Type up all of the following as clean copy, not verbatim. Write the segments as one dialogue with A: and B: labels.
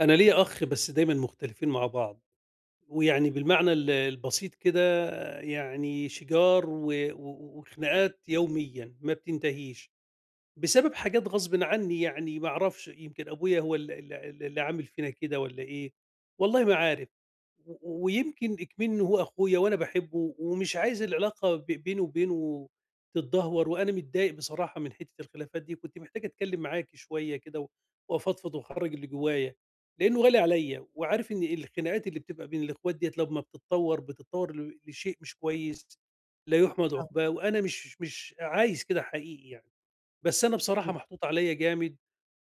A: أنا ليّا أخ بس دايمًا مختلفين مع بعض، ويعني بالمعنى البسيط كده يعني شِجار و و وخناقات يوميًا ما بتنتهيش. بسبب حاجات غصبٍ عني يعني ما أعرفش، يمكن أبويا هو ال ال اللي عامل فينا كده والّا إيه، والله ما عارف، و ويمكن إكمنّي هو أخويا وأنا باحبه ومش عايز العلاقة بيني وبينه تتدهور، وأنا متضايق بصراحة من حتّة الخلافات دي، كنت محتاج أتكلّم معاكِ شوية كده وأفضفض وأخرّج اللي جوايا، لإنه غالي عليّا وعارف إن الخناقات اللي بتبقى بين الإخوات ديّة لمّا بتتطوّر لشيء مش كويس لا يُحمد
B: طبعًا،
A: عُقباه، وأنا مش عايز كده حقيقي يعني. بس أنا بصراحة
B: إمم،
A: محطوط عليَّ جامد،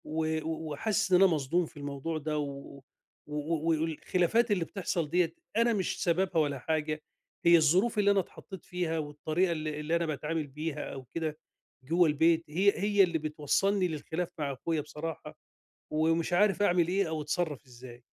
A: و و وحاسس إن أنا مصدوم في الموضوع ده، و والخلافات اللي بتحصل ديّة أنا مش سببها ولا حاجة، هي الظروف اللي أنا اتحطيت فيها والطريقة اللي أنا باتعامل بيها أو كده جوّه البيت، هي اللي بتوصّلني للخلاف مع أخويا بصراحة، ومش عارف أعمل إيه أو أتصرّف إزاي.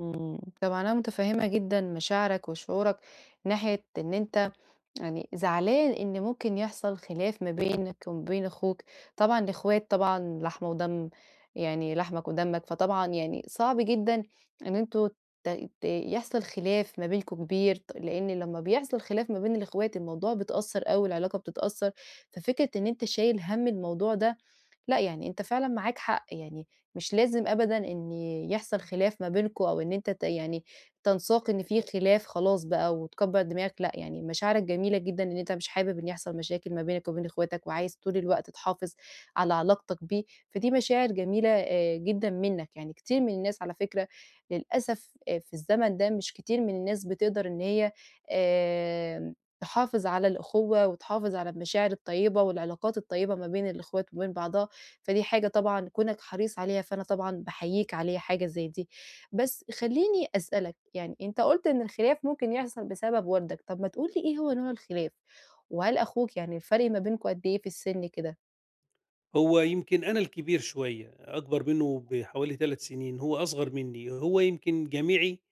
B: إمم، طبعًا أنا متفهمة جدًا مشاعرك وشعورك ناحية إن أنت يعني زعلان إن ممكن يحصل خلاف ما بينك وما بين أخوك، طبعًا الإخوات طبعًا لحم ودم، يعني لحمك ودمك، فطبعًا يعني صعب جدًا إن أنتم ت ت يحصل خلاف ما بينكم كبير، لإن لمّا بيحصل خلاف ما بين الإخوات الموضوع بيتأثر أوي، العلاقة بتتأثر، ففكرة إن أنت شايل هَم الموضوع ده لأ، يعني أنت فعلًا معاك حق، يعني مش لازم أبدًا إن يحصل خلاف ما بينكم أو إن أنت يعني تنساق إن في خلاف خلاص بقى وتكبّر دماغك، لأ، يعني مشاعرك جميلة جدًا إن أنت مش حابب إن يحصل مشاكل ما بينك وبين إخواتك وعايز طول الوقت تحافظ على علاقتك بيه، فدي مشاعر جميلة جدًا منّك، يعني كتير من الناس على فكرة للأسف في الزمن ده مش كتير من الناس بتقدر إن هي آمم تحافظ على الأخوة وتحافظ على المشاعر الطيبة والعلاقات الطيبة ما بين الإخوات وما بين بعضها. فدي حاجة طبعًا كونك حريص عليها، فأنا طبعًا باحييك عليها حاجة زي دي. بس خلّيني أسألك، يعني أنت قُلت إن الخلاف ممكن يحصل بسبب والدك، طب ما تقول لي إيه هو نوع الخلاف؟ وهل أخوك يعني الفرق ما بينكم قد إيه في السن كده؟
A: هو يمكن أنا الكبير شوية، أكبر منّه بحوالي 3 سنين، هو أصغر منّي، هو يمكن جامعي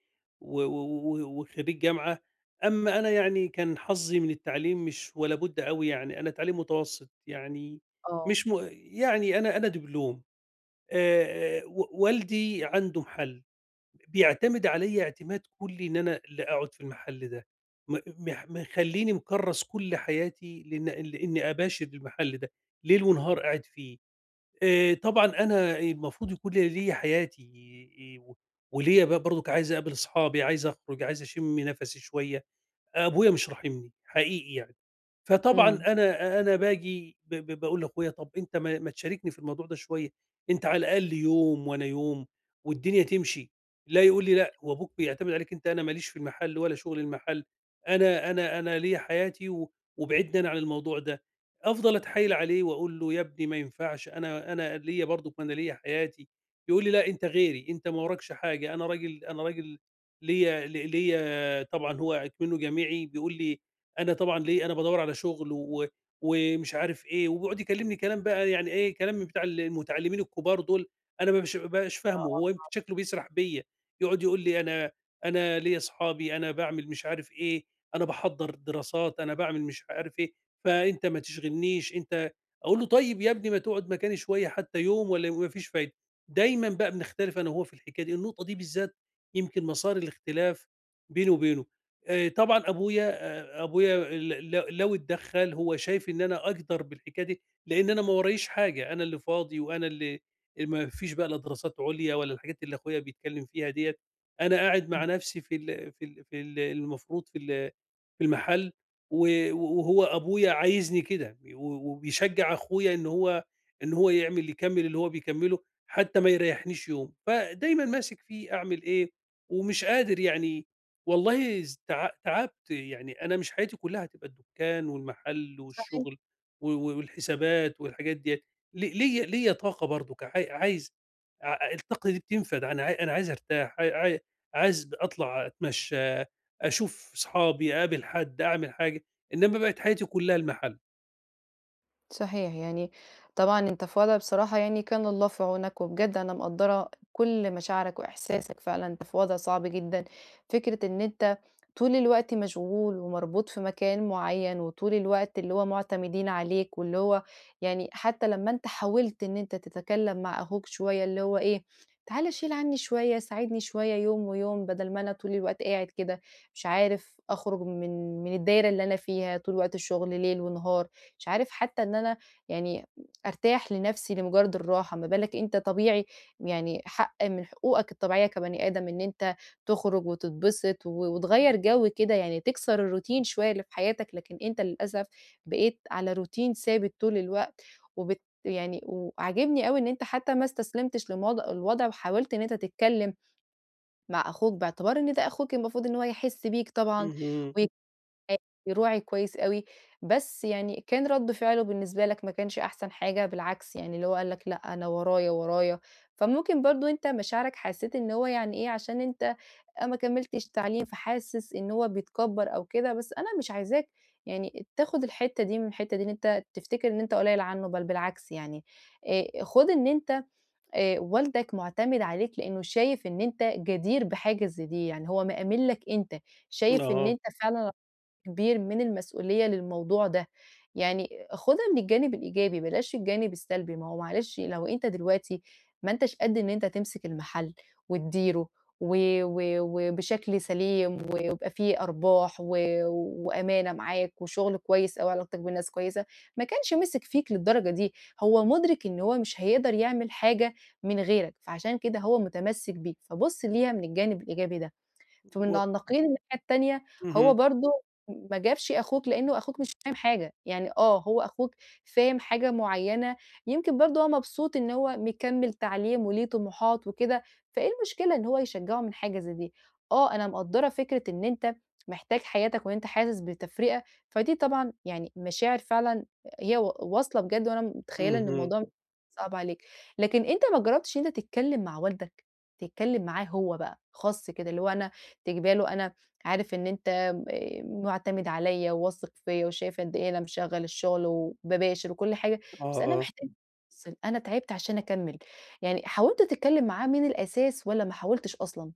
A: و و و وخريج جامعة، أمّا أنا يعني كان حظّي من التعليم مش ولا بُد أوي يعني، أنا تعليم متوسّط، يعني
B: آه،
A: مش م يعني أنا دبلوم. و والدي عنده محل، بيعتمد عليَّ اعتماد كلّي إن أنا اللي أقعد في المحل ده، م مح مخلّيني مكرّس كل حياتي لإني أباشر المحل ده، ليل ونهار قاعد فيه. طبعًا أنا المفروض يكون ليّا حياتي إيه، وليّا بقى برضُك عايز أقابل أصحابي، عايز أخرُج، عايز أشِم نَفَسي شوية، أبويا مش راحمني، حقيقي يعني. فطبعًا
B: إمم،
A: أنا باجي ب ب باقول لاخويا طَب أنت ما تشاركني في الموضوع ده شوية، أنت على الأقل يوم وأنا يوم والدنيا تمشي، لا يقول لي لأ، هو أبوك بيعتمد عليك أنت، أنا ما ليش في المحل ولا شغل المحل، أنا ليّا حياتي وبعدني أنا عن الموضوع ده. أفضل أتحايل عليه وأقول له يا ابني ما ينفعش أنا ليّا برضك ما أنا ليّا حياتي، يقول لي: "لأ، أنت غيري، أنت ما وراكش حاجة، أنا راجل ليّا ليّا" طبعًا هو أكمنه جامعي بيقول لي: أنا طبعًا ليه، أنا بادوّر على شغل ومش عارف إيه، وبيقعد يكلمني كلام بقى يعني إيه، كلام من بتاع المتعلمين الكبار دول، أنا ما بابقاش فاهمه، هو يمكن شكله بيسرح بيّا، يقعد يقول لي أنا ليّا أصحابي، أنا باعمل مش عارف إيه، أنا باحضّر دراسات، أنا باعمل مش عارف إيه، فأنت ما تشغلنيش، أنت أقول له: "طيب يا ابني ما تقعد مكاني شوية حتى يوم والّا ما فيش فايدة". دايمًا بقى بنختلف أنا وهو في الحكاية دي، النقطة دي بالذات يمكن مسار الاختلاف بيني وبينه. طبعًا أبويا ل ل لو اتدخّل هو شايف إن أنا أجدر بالحكاية دي، لإن أنا ما وراييش حاجة، أنا اللي فاضي وأنا اللي ما فيش بقى لا دراسات عليا ولا الحاجات اللي أخويا بيتكلّم فيها ديّة، أنا قاعد
B: إمم،
A: مع نَفْسي في المفروض في المحل و وهو أبويا عايزني كده، وبيشجّع أخويا إن هو يعمل يكمّل اللي هو بيكمّله، حتى ما يريّحنيش يوم، فدايمًا ماسك فيه أعمل إيه، ومش قادر يعني والله ز تع تعبت، يعني أنا مش حياتي كلّها هتبقى الدُّكان والمحل
B: صحيح.
A: والشغل و و والحسابات والحاجات ديّة، ل ليّا ليّا طاقة برضُك عاي عايز ع الطاقة دي بتنفَد، أنا عايز أرتاح، عايز أطلع أتمشّى، أشوف صحابي، أقابل حد، أعمل حاجة، إنّما بقت حياتي كلّها المحل.
B: صحيح، يعني طبعًا أنت في وضع بصراحة يعني كان الله في عونك، وبجد أنا مقدّرة كل مشاعرك وإحساسك فعلًا، أنت في وضع صعب جدًا، فكرة إن أنت طول الوقت مشغول ومربوط في مكان معيّن، وطول الوقت اللي هو معتمدين عليك، واللي هو يعني حتى لمّا أنت حاولت إن أنت تتكلم مع أخوك شوية اللي هو إيه، تعالَ شيل عني شوية، ساعدني شوية يوم ويوم بدل ما أنا طول الوقت قاعد كده مش عارف أخرج من الدايرة اللي أنا فيها، طول وقت الشغل ليل ونهار. مش عارف حتى إن أنا يعني أرتاح لنفسي لمجرد الراحة، ما بالك أنت طبيعي يعني حق من حقوقك الطبيعية كبني آدم إن أنت تخرج وتتبسط وتغيّر جو كده، يعني تكسر الروتين شوية اللي في حياتك، لكن أنت للأسف بقيت على روتين ثابت طول الوقت، يعني وعاجبني أوي إن أنت حتى ما استسلمتش الوضع وحاولت إن أنت تتكلم مع أخوك باعتبار إن ده أخوك المفروض إن هو يحس بيك طبعًا
A: اهم،
B: وي عادي، راعي كويس أوي، بس يعني كان رَد فعله بالنسبة لك ما كانش أحسن حاجة، بالعكس يعني اللي هو قال لك لأ، أنا ورايا، ورايا، فممكن برضه أنت مشاعرك حسيت إن هو يعني إيه، عشان أنت آه، ما كمّلتش تعليم، فحاسس إن هو بيتكبّر أو كده، بس أنا مش عايزاك يعني تاخد الحتّة دي من الحتّة دي، إن أنت تفتكر إن أنت قليّل عنّه، بل بالعكس يعني، خُد إن أنت والدك مُعتمد عليك لإنه شايف إن أنت جدير بحاجة زي دي، يعني هو مأمِّن لك أنت، شايف إن
A: آه،
B: أنت فعلًا كبير من المسؤولية للموضوع ده، يعني خُدها من الجانب الإيجابي بلاش الجانب السلبي، ما هو معلش لو أنت دلوقتي ما أنتش قد إن أنت تمسك المحل وتديره و و وبشكل سليم ويبقى في أرباح وأمانة معاك وشغل كويس أوي وعلاقتك بالناس كويسة، ما كانش مسك فيك للدرجة دي، هو مُدرِك إن هو مش هيقدر يعمل حاجة من غيرك، فعشان كده هو متمسك بيك، فبُص ليها من الجانب الإيجابي ده. فمن
A: و
B: النقيض الناحية التانية هو
A: اهم،
B: برضه ما جابش أخوك لإنه أخوك مش فاهم حاجة، يعني آه، هو أخوك فاهم حاجة معيّنة، يمكن برضه هو مبسوط إن هو مكمّل تعليم وليه طموحات وكده، فإيه المشكلة إن هو يشجّعه من حاجة زي دي؟ آه، أنا مقدّرة فكرة إن أنت محتاج حياتك وإن أنت حاسس بتفرقة، فدي طبعًا يعني مشاعر فعلًا هي واصلة بجد وأنا متخيّلة إن
A: اهم،
B: الموضوع صعب عليك، لكن أنت ما جرّبتش إن أنت تتكلّم مع والدك؟ تتكلّم معاه هو بقى خاص كده، اللي هو أنا تجيبها له أنا عارف إن أنت مُعتمد عليّا وواثق فيّا وشايف قد إيه أنا مشغّل الشغل وباباشر وكل حاجة، بس أنا
A: آه، آه.
B: محتاج أفصل، أنا تعبت عشان أكمّل. يعني حاولت تتكلّم معاه من الأساس والّا ما حاولتش أصلًا؟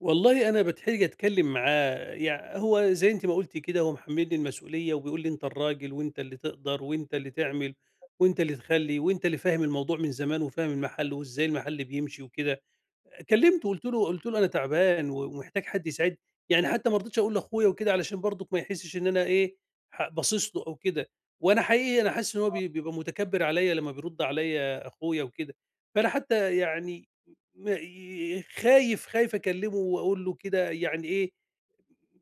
A: والله أنا باتحرج أتكلّم معاه، هو زي أنتِ ما قُلتِ كده هو محمّلني المسؤولية وبيقول لي: "أنت الراجل وأنت اللي تقدر وأنت اللي تعمل وأنت اللي تخلّي وأنت اللي فاهم الموضوع من زمان وفاهم المحل وإزاي المحل بيمشي وكده". كلمته قُلت له: "أنا تعبان ومحتاج حد يساعدني". يعني حتى ما رضيتش أقول لأخويا وكده علشان برضُك ما يحسّش إن أنا إيه، ح باصص له أو كده، وأنا حقيقي أنا حاسس إن هو بيبقى متكبّر عليّا لمّا بيرُد عليّا أخويا وكده، فأنا حتى يعني م ي خايف، أكلّمه وأقول له كده يعني إيه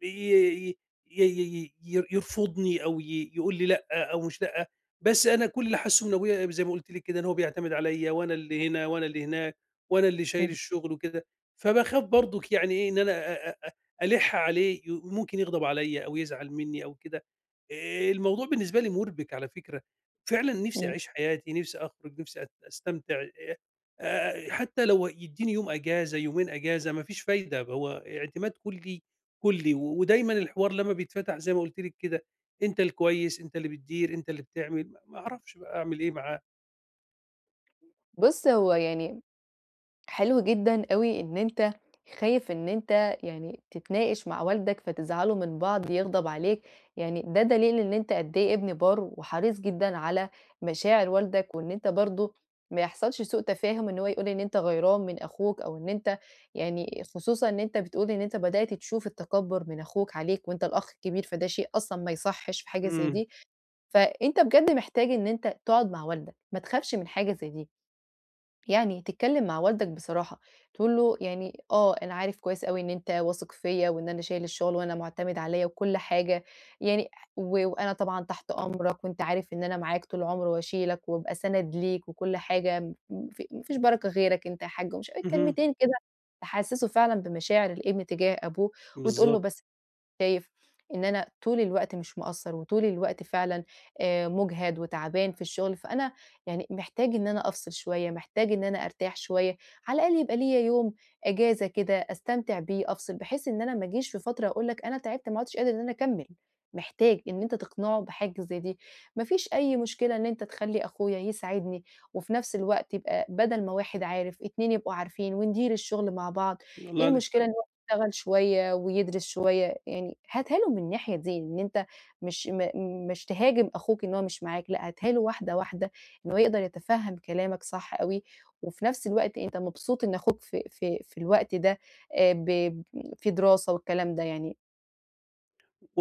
A: ي ي ي ي يرفضني أو يقول لي لأ أو مش لأ، بس أنا كل اللي حاسّه من أبويا زي ما قُلت لِك كده إن هو بيعتمد عليّا وأنا اللي هنا وأنا اللي هناك، وأنا اللي شايل
B: إمم،
A: الشغل وكده، فباخاف برضُك يعني إيه إن أنا أ أ أ ألِح عليه ممكن يغضب عليّا أو يزعل منّي أو كده، الموضوع بالنسبة لي مُربِك على فكرة، فعلًا نِفْسي
B: إمم.
A: أعيش حياتي، نِفْسي أخرج، نِفْسي أستمتع. حتى لو يدّيني يوم إجازة، يومين إجازة ما فيش فايدة، هو اعتماد كُلّي كلي، ودايمًا الحوار لمّا بيتفتح زي ما قُلتِ لِك كده، أنت الكويس، أنت اللي بتدير، أنت اللي بتعمل، ما أعرفش بقى أعمل إيه معاه.
B: بُص، هو يعني حلو جدًا أوي إن أنت خايف إن أنت يعني تتناقش مع والدك فتزعلوا من بعض، يغضب عليك، يعني ده دليل إن أنت قد إيه ابن بار وحريص جدًا على مشاعر والدك، وإن أنت برضه ما يحصلش سوء تفاهم إن هو يقول إن أنت غيران من أخوك أو إن أنت يعني خصوصًا إن أنت بتقول إن أنت بدأت تشوف التكبُّر من أخوك عليك وأنت الأخ الكبير، فده شيء أصلًا ما يصحّش في حاجة زي
A: إمم،
B: دي، فأنت بجد محتاج إن أنت تقعد مع والدك، ما تخافش من حاجة زي دي. يعني تتكلم مع والدك بصراحة، تقول له يعني آه، أنا عارف كويس أوي إن أنت واثق فيّا وإن أنا شايل الشغل وأنا معتمد عليّا وكل حاجة، يعني وأنا طبعًا تحت أمرك وأنت عارف إن أنا معاك طول العمر واشيلك وابقى سَنَد ليك وكل حاجة، م ف ما فيش بركة غيرك أنت يا حاج ومش عارف
A: اهم،
B: كلمتين كده تحسّسه فعلًا بمشاعر الابن تجاه أبوه وتقول له
A: بالضبط،
B: بس شايف إن أنا طول الوقت مش مقصّر، وطول الوقت فعلًا مُجهد وتعبان في الشغل، فأنا يعني محتاج إن أنا أفصل شوية، محتاج إن أنا أرتاح شوية، على الأقل يبقى ليّا يوم إجازة كده أستمتع بيه، أفصل، بحيث إن أنا ما أجيش في فترة أقول لك أنا تعبت ما عُدتش قادر إن أنا أكمّل، محتاج إن أنت تقنعه بحاجة زي دي. ما فيش أي مشكلة إن أنت تخلّي أخويا يساعدني، وفي نفس الوقت يبقى بدل ما واحد عارف، 2 يبقوا عارفين، وندير الشغل مع بعض، إيه
A: والله عندِك
B: المشكلة
A: حق.
B: يشتغل شوية ويدرس شوية، يعني هاتها له من الناحية دي، إن أنت مش م مش تهاجم أخوك إن هو مش معاك، لأ هاتها له واحدة، واحدة، إن هو يقدر يتفهم كلامك صح أوي، وفي نفس الوقت أنت مبسوط إن أخوك في الوقت ده ب في دراسة والكلام ده يعني،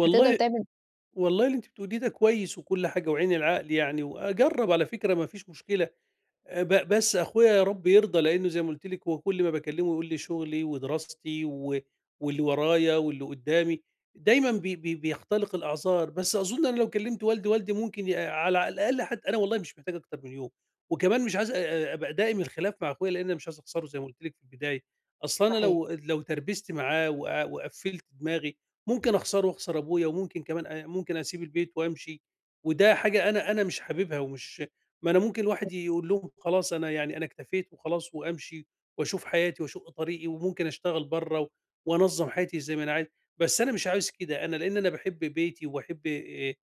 B: هتقدر تعمل
A: والله اللي أنتِ بتقوليه ده كويس وكل حاجة وعين العقل يعني، وأجرّب على فكرة ما فيش مشكلة. ب بس أخويا يا رب يرضى، لإنه زي ما قُلت لِك هو كل ما باكلمه يقول لي شغلي ودراستي واللي ورايا واللي قدّامي، دايمًا بي بي بيختلق الأعذار، بس أظن أنا لو كلمت والدي، والدي ممكن على الأقل حتى أنا والله مش محتاج أكتر من يوم، وكمان مش عايز أبقى دائم الخلاف مع أخويا، لإن أنا مش عايز أخسره زي ما قُلت لِك في البداية، أصل أنا
B: صحيح،
A: لو تربِست معاه وقفّلت دماغي، ممكن أخسره وأخسر أبويا، وممكن كمان ممكن أسيب البيت وأمشي، وده حاجة أنا مش حاببها ما أنا ممكن الواحد يقول لهم خلاص أنا يعني أنا اكتفيت وخلاص وأمشي وأشوف حياتي وأشق طريقي وممكن أشتغل برّه وأنظّم حياتي زي ما أنا عايز، بس أنا مش عاوز كده، أنا لإن أنا باحب بيتي وباحب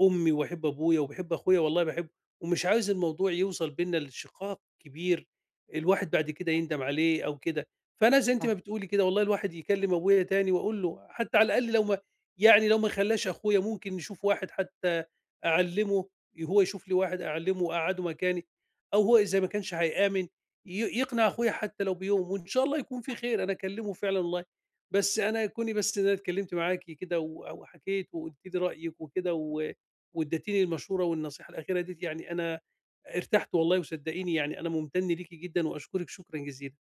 A: أمي وباحب أبويا وباحب أخويا والله باحبه، ومش عاوز الموضوع يوصل بيننا لشقاق كبير الواحد بعد كده يندم عليه أو كده. فأنا زي أنتِ
B: صحيح،
A: ما بتقولي كده والله الواحد يكلم أبويا تاني وأقول له حتى على الأقل لو ما خلّاش أخويا ممكن نشوف واحد حتى أعلّمه هو يشوف لي واحد أعلّمه وأقعّده مكاني، أو هو إذا ما كانش هيآمن يقنع أخويا حتى لو بيوم، وإن شاء الله يكون في خير، أنا أكلّمه فعلًا والله. بس أنا كوني بس إن أنا اتكلّمت معاكِ كده وحكيت وقُلتِ لي رأيِك وكده وادّيتيني المشورة والنصيحة الأخيرة ديّة، يعني أنا ارتحت والله وصدّقيني يعني أنا مُمتن ليكِ جدًا وأشكرِك شكرًا جزيلًا.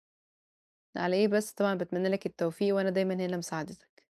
B: على إيه بس طبعًا باتمنى لك التوفيق وأنا دايمًا هنا لمساعدتك.